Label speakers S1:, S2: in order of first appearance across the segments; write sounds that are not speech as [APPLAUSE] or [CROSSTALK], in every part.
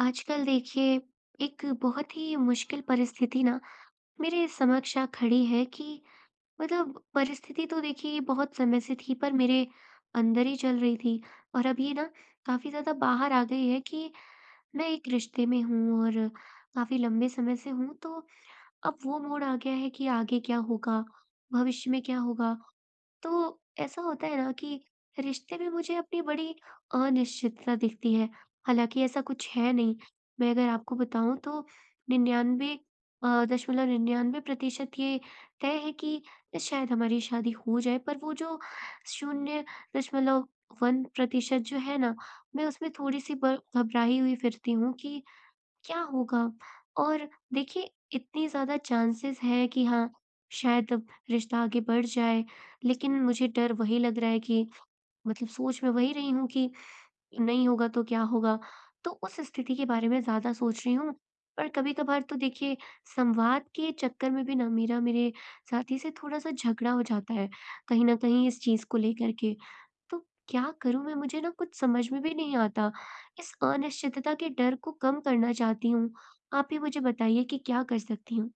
S1: आजकल देखिए, एक बहुत ही मुश्किल परिस्थिति ना मेरे समक्ष आ खड़ी है कि मतलब परिस्थिति तो देखिए ये बहुत समय से थी, पर मेरे अंदर ही चल रही थी। और अब ये ना काफी ज्यादा बाहर आ गई है कि मैं एक रिश्ते में हूँ और काफी लंबे समय से हूँ, तो अब वो मोड़ आ गया है कि आगे क्या होगा, भविष्य में क्या होगा। तो ऐसा होता है ना कि रिश्ते में मुझे अपनी बड़ी अनिश्चितता दिखती है। हालाँकि ऐसा कुछ है नहीं। मैं अगर आपको बताऊँ तो 99 दशमलव 99% ये तय है कि शायद हमारी शादी हो जाए, पर वो जो 0.1% जो है ना, मैं उसमें थोड़ी-सी ब घबराई हुई फिरती हूँ कि क्या होगा? और देखिए, इतने ज़्यादा चांसेस हैं कि हाँ, शायद रिश्ता आगे बढ़ जाए, लेकिन मुझे डर वही लग रहा है कि मतलब सोच में वही रही हूँ कि नहीं होगा तो क्या होगा? तो उस स्थिति के बारे में ज़्यादा सोच रही हूँ। पर कभी-कभार तो देखिए, संवाद के चक्कर में भी ना मेरा मेरे साथी से थोड़ा-सा झगड़ा हो जाता है, कहीं न कहीं इस चीज़ को लेकर के। तो क्या करूँ मैं? मुझे ना कुछ समझ में भी नहीं आता। इस अनिश्चितता के डर को कम करना चाहती हूँ। आप ही मुझे बताइए कि क्या कर सकती हूँ?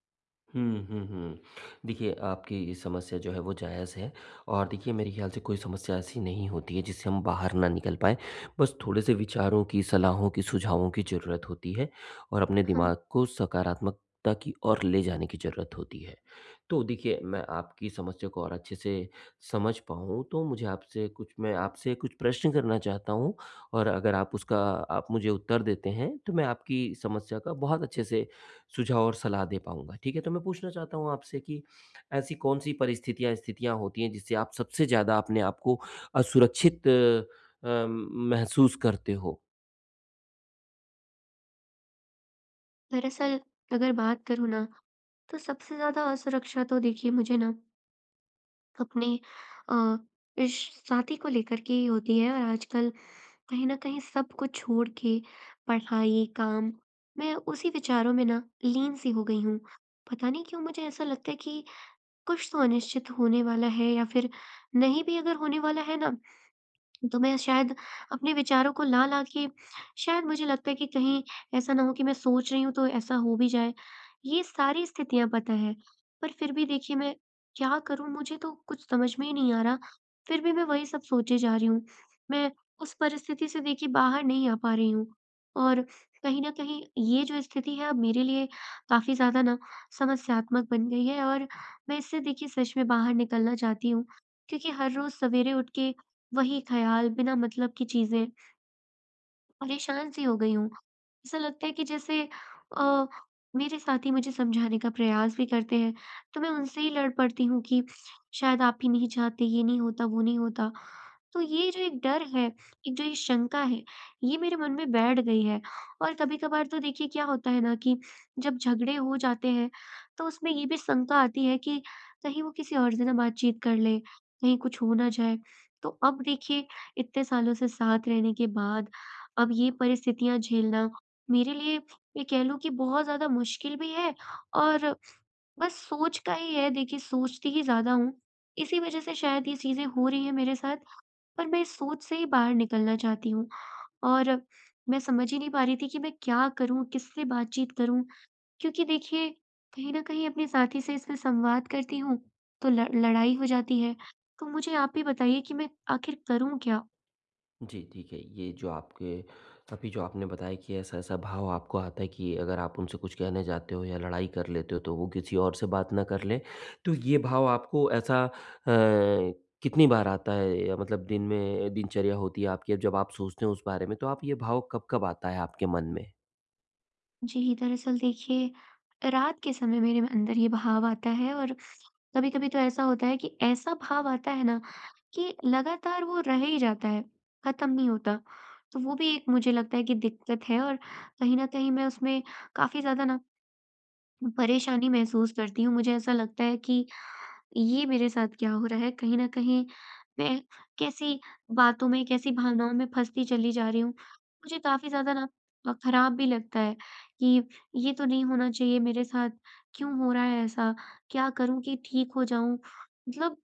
S2: हुँ, हुँ, हुँ। देखिए, आपकी ये समस्या जो है वो जायज़ है और देखिए मेरे ख़्याल से कोई समस्या ऐसी नहीं होती है जिससे हम बाहर ना निकल पाएँ। बस थोड़े-से विचारों की, सलाहों की, सुझावों की ज़रूरत होती है और अपने
S1: हाँ,
S2: दिमाग को सकारात्मकता की ओर ले जाने की ज़रूरत होती है। तो देखिए, मैं आपकी समस्या को और अच्छे से समझ पाऊँ तो मुझे आपसे कुछ मैं आपसे कुछ प्रश्न करना चाहता हूँ और अगर आप मुझे उत्तर देते हैं तो मैं आपकी समस्या का बहुत अच्छे से सुझाव और सलाह दे पाऊँगा, ठीक है? तो मैं पूछना चाहता हूँ आपसे कि ऐसी कौन-सी परिस्थितियाँ, स्थितियाँ होती हैं जिससे आप सबसे ज़्यादा अपने आप को असुरक्षित महसूस करते हो?
S1: दरअसल अगर बात करूँ ना, तो सबसे ज़्यादा असुरक्षा तो देखिए मुझे ना अपने अ, इस साथी को लेकर के ही होती है। और आजकल कहीं न कहीं सब कुछ छोड़ के, पढ़ाई, काम, मैं उसी विचारों में ना लीन सी हो गई हूँ। पता नहीं क्यों मुझे ऐसा लगता है कि कुछ तो अनिश्चित होने वाला है, या फिर नहीं भी अगर होने वाला है ना, तो मैं शायद अपने विचारों को ला-ला के शायद मुझे लगता है कि कहीं ऐसा ना हो कि मैं सोच रही हूँ तो ऐसा हो भी जाए। ये सारी स्थितियाँ पता है, पर फिर भी देखिए मैं क्या करूँ, मुझे तो कुछ समझ में ही नहीं आ रहा, फिर भी मैं वही सब सोचे जा रही हूँ। मैं उस परिस्थिति से देखिए बाहर नहीं आ पा रही हूँ। और कहीं न कहीं ये जो स्थिति है, अब मेरे लिए काफ़ी ज़्यादा ना समस्यात्मक बन गई है, और मैं इससे देखिए सच में बाहर निकलना चाहती हूँ। क्योंकि हर रोज़ सवेरे उठ के वही ख़याल, बिना मतलब की चीज़ें। परेशान सी हो गई हूँ। ऐसा लगता है कि जैसे अ, मेरे साथी मुझे समझाने का प्रयास भी करते हैं, तो मैं उनसे ही लड़ पड़ती हूँ कि शायद आप ही नहीं चाहते, ये नहीं होता, वो नहीं होता। तो ये जो एक डर है, एक जो ये शंका है, ये मेरे मन में बैठ गई है। और कभी-कभार तो देखिए क्या होता है ना कि जब झगड़े हो जाते हैं, तो उसमें ये भी शंका आती है कि कहीं वो किसी और से ना बातचीत कर ले, कहीं कुछ हो ना जाए। तो अब देखिए, इतने सालों से साथ रहने के बाद अब ये परिस्थितियाँ झेलना मेरे लिए, ये कह लो कि बहुत ज़्यादा मुश्किल भी है। और बस सोच का ही है देखिए, सोचती ही ज़्यादा हूँ। इसी वज़ह से शायद ये चीज़ें हो रही हैं मेरे साथ, पर मैं इस सोच से ही बाहर निकलना चाहती हूँ। और मैं समझ ही नहीं पा रही थी कि मैं क्या करूँ, किससे बातचीत करूँ? क्योंकि देखिए, कहीं न कहीं अपने साथी से इसमें संवाद करती हूँ, तो ल लड़ाई हो जाती है। तो मुझे आप ही बताइए कि मैं आखिर करूँ क्या?
S2: जी, ठीक है। ये जो आपके अभी जो आपने बताया कि ऐसा-ऐसा भाव आपको आता है कि अगर आप उनसे कुछ कहने जाते हो या लड़ाई कर लेते हो तो वो किसी और से बात ना कर लें, तो ये भाव आपको कितनी बार आता है या मतलब दिन में दिनचर्या होती है आपकी अब जब आप सोचते हो उस बारे में, तो आप ये भाव कब-कब आता है आपके मन में?
S1: जी, दरअसल देखिए, रात के समय मेरे अंदर ये भाव आता है। और कभी-कभी तो ऐसा होता है कि ऐसा भाव आता है ना कि लगातार वो रह ही जाता है, खत्म नहीं होता। तो वो भी एक मुझे लगता है कि दिक्कत है, और कहीं न कहीं मैं उसमें काफ़ी ज़्यादा ना परेशानी महसूस करती हूँ। मुझे ऐसा लगता है कि ये मेरे साथ क्या हो रहा है, कहीं न कहीं मैं कैसी बातों में, कैसी भावनाओं में फँसती चली जा रही हूँ। मुझे काफ़ी ज़्यादा ना खराब भी लगता है कि ये तो नहीं होना चाहिए मेरे साथ, क्यों हो रहा है ऐसा? क्या करूँ कि ठीक हो जाऊँ? मतलब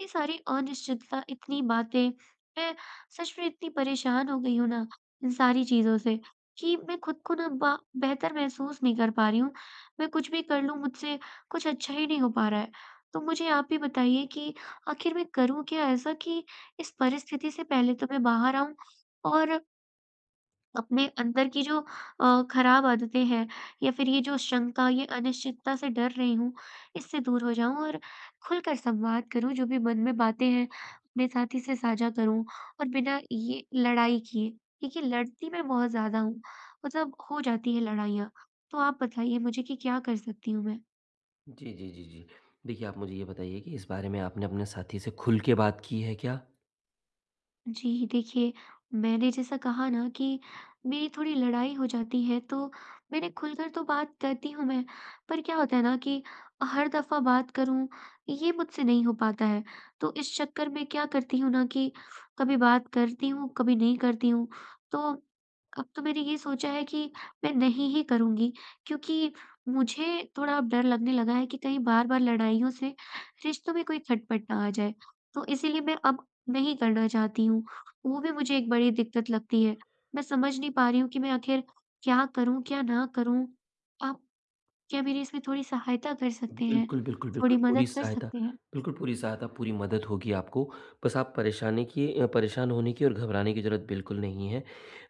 S1: इतनी सारी अनिश्चितता, इतनी बातें, मैं सच में इतनी परेशान हो गई हूँ ना इन सारी चीज़ों से कि मैं खुद को ना बा बेहतर महसूस नहीं कर पा रही हूँ। मैं कुछ भी कर लूँ, मुझसे कुछ अच्छा ही नहीं हो पा रहा है। तो मुझे आप भी बताइए कि आखिर मैं करूँ क्या ऐसा कि इस परिस्थिति से पहले तो मैं बाहर आऊँ, और अपने अंदर की जो खराब आदतें हैं, या फिर ये जो शंका, ये अनिश्चितता से डर रही हूँ, इससे दूर हो जाऊँ, और खुलकर संवाद करूँ, जो भी मन में बातें हैं, अपने साथी से साझा करूँ, और बिना ये लड़ाई किए। देखिए, लड़ती मैं बहुत ज़्यादा हूँ, मतलब हो जाती है लड़ाइयाँ। तो आप बताइए मुझे कि क्या कर सकती हूँ मैं?
S2: जी, जी, जी, जी। देखिए, आप मुझे ये बताइए कि इस बारे में आपने अपने साथी से खुल के बात की है क्या?
S1: जी, देखिए, मैंने जैसा कहा ना कि मेरी थोड़ी लड़ाई हो जाती है, तो मैंने खुलकर तो बात करती हूँ मैं, पर क्या होता है ना कि हर दफ़ा बात करूँ, ये मुझसे नहीं हो पाता है। तो इस चक्कर में क्या करती हूँ ना कि कभी बात करती हूँ, कभी नहीं करती हूँ। तो अब तो मैंने ये सोचा है कि मैं नहीं ही करूँगी, क्योंकि मुझे थोड़ा अब डर लगने लगा है कि कहीं बार-बार लड़ाइयों से रिश्तों में कोई खटपट ना आ जाए। तो इसीलिए मैं अब नहीं करना चाहती हूँ, वो भी मुझे एक बड़ी दिक्कत लगती है। मैं समझ नहीं पा रही हूँ कि मैं आखिर क्या करूँ, क्या ना करूँ? आप क्या मेरी इसमें थोड़ी सहायता कर सकते हैं?
S2: बिल्कुल, बिल्कुल,
S1: थोड़ी मदद कर सकते हैं?
S2: बिल्कुल, पूरी सहायता, पूरी मदद होगी आपको। बस आप परेशान होने की और घबराने की ज़रूरत बिल्कुल नहीं है।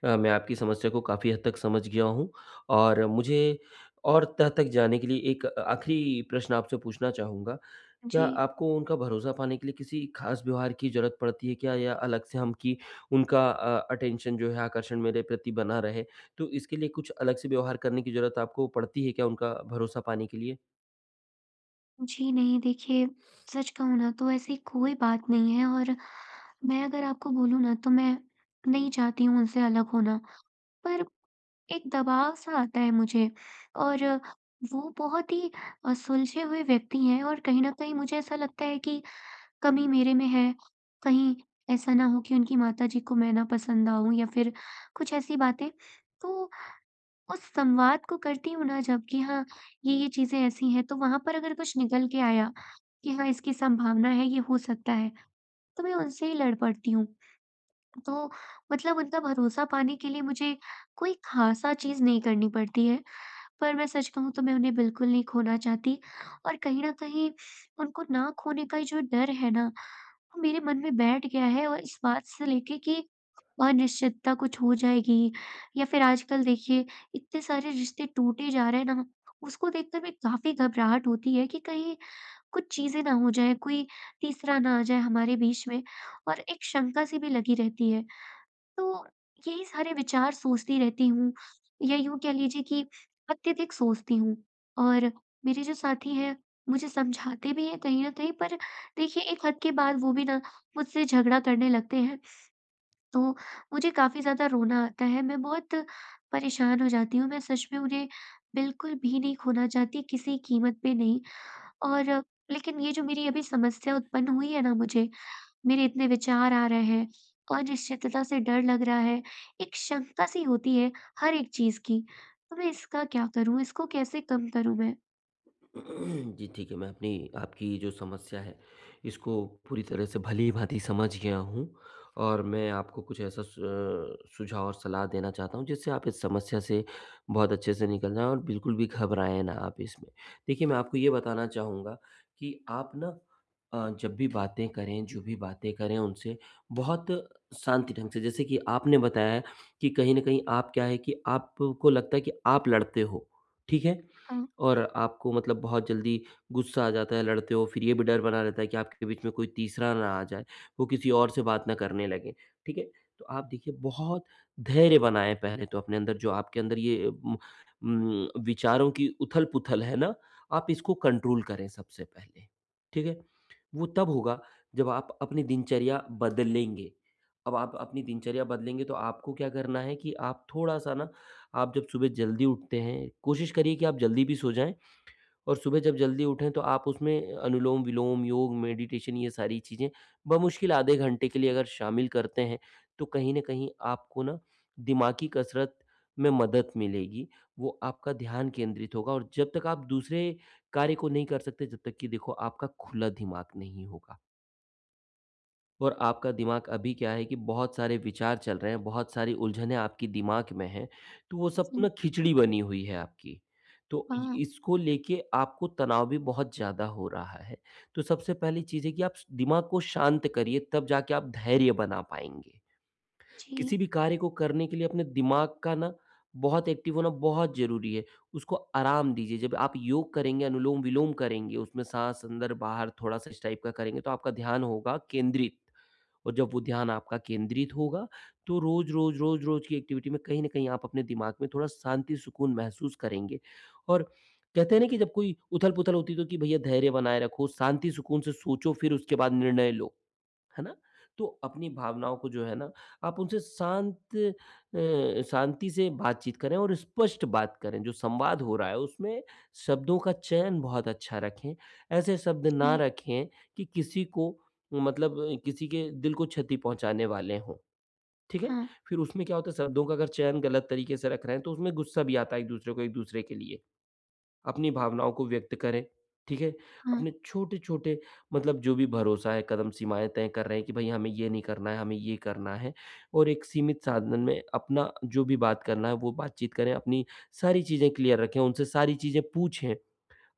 S2: मैं आपकी समस्या को काफ़ी हद तक समझ गया हूँ और मुझे और तह तक जाने के लिए एक आखिरी प्रश्न आपसे पूछना चाहूँगा।
S1: जी।
S2: क्या आपको उनका भरोसा पाने के लिए किसी ख़ास व्यवहार की ज़रूरत पड़ती है क्या या अलग से हम कि अटेंशन जो है आकर्षण मेरे प्रति बना रहे, तो इसके लिए कुछ अलग से व्यवहार करने की ज़रूरत आपको पड़ती है क्या उनका भरोसा पाने के लिए?
S1: जी नहीं, देखिए, सच कहूँ ना तो ऐसी कोई बात नहीं है। और मैं अगर आपको बोलूँ ना तो मैं नहीं चाहती हूँ उनसे अलग होना, पर एक दबाव-सा आता है मुझे। और वो बहुत ही सुलझे हुए व्यक्ति हैं, और कहीं न कहीं मुझे ऐसा लगता है कि कमी मेरे में है, कहीं ऐसा ना हो कि उनकी माताजी को मैं नापसंद आऊँ या फिर कुछ ऐसी बातें। तो उस संवाद को करती हूँ ना जब कि हाँ, ये चीज़ें ऐसी हैं तो वहाँ पर अगर कुछ निकल के आया कि हाँ, इसकी संभावना है, ये हो सकता है, तो मैं उनसे ही लड़ पड़ती हूँ। तो मतलब उनका भरोसा पाने के लिए मुझे कोई ख़ासा चीज़ नहीं करनी पड़ती है, पर मैं सच कहूँ तो मैं उन्हें बिल्कुल नहीं खोना चाहती। और कहीं न कहीं उनको ना खोने का ही जो डर है ना, मेरे मन में बैठ गया है, और इस बात से लेके कि अनिश्चितता कुछ हो जाएगी, या फिर आजकल देखिए इतने सारे रिश्ते टूटे जा रहे हैं ना, उसको देखकर मैं काफी घबराहट होती है कि कहीं कुछ चीजें ना हो जाए, कोई तीसरा ना आ जाए हमारे बीच में। और एक शंका सी भी लगी रहती है, तो यही सारे विचार सोचती रहती हूँ, या यूँ कह लीजिए कि अत्यधिक सोचती हूँ। और मेरे जो साथी हैं, मुझे समझाते भी हैं कहीं न कहीं, पर देखिए एक हद के बाद वो भी ना मुझसे झगड़ा करने लगते हैं, तो मुझे काफ़ी ज़्यादा रोना आता है। मैं बहुत परेशान हो जाती हूँ, मैं सच में उन्हें बिल्कुल भी नहीं खोना चाहती, किसी कीमत पे नहीं। और लेकिन ये जो मेरी अभी समस्या उत्पन्न हुई है ना, मुझे मेरे इतने विचार आ रहे हैं, अनिश्चितता से डर लग रहा है, एक शंका-सी होती है हर एक चीज़ की। तो मैं इसका क्या करूँ? इसको कैसे कम करूँ मैं?
S2: [CLEARS THROAT] जी ठीक है, मैं अपनी आपकी जो समस्या है, इसको पूरी तरह से भली-भाँति समझ गया हूँ और मैं आपको कुछ ऐसा सुझाव और सलाह देना चाहता हूँ, जिससे आप इस समस्या से बहुत अच्छे से निकल जाएँ और बिल्कुल भी घबराएँ ना आप इसमें। देखिए, मैं आपको ये बताना चाहूँगा कि आप ना जब भी बातें करें, जो भी बातें करें उनसे बहुत शांति ढंग से जैसे कि आपने बताया है कि कहीं न कहीं आप क्या है कि आपको लगता है कि आप लड़ते हो, ठीक है?
S1: हाँ,
S2: और आपको मतलब बहुत जल्दी गुस्सा आ जाता है, लड़ते हो, फिर ये भी डर बना रहता है कि आपके बीच में कोई तीसरा ना आ जाए, वो किसी और से बात ना करने लगे, ठीक है? तो आप देखिए बहुत धैर्य बनाएँ पहले तो अपने अंदर जो आपके अंदर ये विचारों की उथल-पुथल है ना, आप इसको कंट्रोल करें सबसे पहले, ठीक है? वो तब होगा जब आप अपनी दिनचर्या बदलेंगे। अब आप अपनी दिनचर्या बदलेंगे तो आपको क्या करना है कि आप थोड़ा-सा ना आप जब सुबह जल्दी उठते हैं, कोशिश करिए कि आप जल्दी भी सो जाएँ और सुबह जब जल्दी उठें तो आप उसमें अनुलोम-विलोम, योग, मेडिटेशन ये सारी चीज़ें बमुश्किल आधे घंटे के लिए अगर शामिल करते हैं, तो कहीं न कहीं आपको ना दिमागी कसरत में मदद मिलेगी। वो आपका ध्यान केंद्रित होगा और जब तक आप दूसरे कार्य को नहीं कर सकते, जब तक कि देखो आपका खुला दिमाग नहीं होगा। और आपका दिमाग अभी क्या है कि बहुत सारे विचार चल रहे हैं, बहुत सारी उलझनें आपके दिमाग में हैं, तो वो सब
S1: जी,
S2: ना खिचड़ी बनी हुई है आपकी। तो इ
S1: हाँ,
S2: इसको लेके आपको तनाव भी बहुत ज़्यादा हो रहा है। तो सबसे पहली चीज़ है कि आप स दिमाग को शांत करिए, तब जाके आप धैर्य बना पाएँगे।
S1: जी,
S2: किसी भी कार्य को करने के लिए अपने दिमाग का ना बहुत एक्टिव होना बहुत ज़रूरी है। उसको आराम दीजिए, जब आप योग करेंगे, अनुलोम-विलोम करेंगे, उसमें साँस अंदर-बाहर थोड़ा-सा इस टाइप का करेंगे, तो आपका ध्यान होगा केंद्रित। और जब वो ध्यान आपका केंद्रित होगा, तो रोज़, रोज़, रोज़, रोज़ की एक्टिविटी में कहीं न कहीं आप अपने दिमाग में थोड़ा शांति, सुकून महसूस करेंगे। और कहते हैं ना कि जब कोई उथल-पुथल होती है, तो कि भैया धैर्य बनाए रखो, शांति, सुकून से सोचो, फिर उसके बाद निर्णय लो। है ना? तो अपनी भावनाओं को जो है ना, आप उनसे शांति से बातचीत करें और स्पष्ट बात करें। जो संवाद हो रहा है उसमें शब्दों का चयन बहुत अच्छा रखें। ऐसे शब्द
S1: जी,
S2: ना रखें कि किसी को मतलब किसी के दिल को क्षति पहुँचाने वाले हों। ठीक है?
S1: हाँ,
S2: फिर उसमें क्या होता है शब्दों का अगर चयन गलत तरीके से रख रहे हैं तो उसमें गुस्सा भी आता है एक-दूसरे को एक-दूसरे के लिए। अपनी भावनाओं को व्यक्त करें, ठीक है?
S1: हाँ,
S2: अपने छोटे-छोटे मतलब जो भी भरोसा है, कदम, सीमाएँ तय कर रहे हैं कि भई हमें ये नहीं करना है, हमें ये करना है और एक सीमित साधन में अपना जो भी बात करना है वो बातचीत करें, अपनी सारी चीज़ें क्लियर रखें, उनसे सारी चीज़ें पूछें।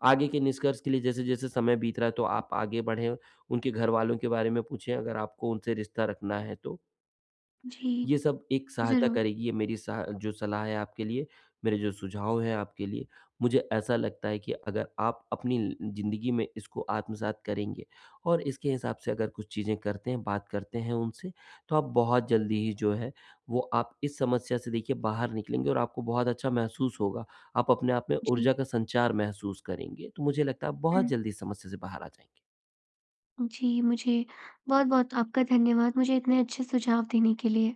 S2: आगे के निष्कर्ष के लिए जैसे-जैसे समय बीत रहा है तो आप आगे बढ़ें, उनके घरवालों के बारे में पूछें अगर आपको उनसे रिश्ता रखना है तो।
S1: जी,
S2: ये सब एक सहायता
S1: ज़रूर,
S2: करेगी ये मेरी सहा जो सलाह है आपके लिए, मेरे जो सुझाव हैं आपके लिए, मुझे ऐसा लगता है कि अगर आप अपनी ल ज़िंदगी में इसको आत्मसात करेंगे और इसके हिसाब से अगर कुछ चीज़ें करते हैं, बात करते हैं उनसे, तो आप बहुत जल्दी ही जो है वो आप इस समस्या से देखिए बाहर निकलेंगे और आपको बहुत अच्छा महसूस होगा। आप अपने आप में
S1: जी,
S2: ऊर्जा का संचार महसूस करेंगे, तो मुझे लगता है आप बहुत
S1: हुँ,
S2: जल्दी इस समस्या से बाहर आ जाएँगे।
S1: जी, मुझे बहुत-बहुत आपका धन्यवाद, मुझे इतने अच्छे सुझाव देने के लिए।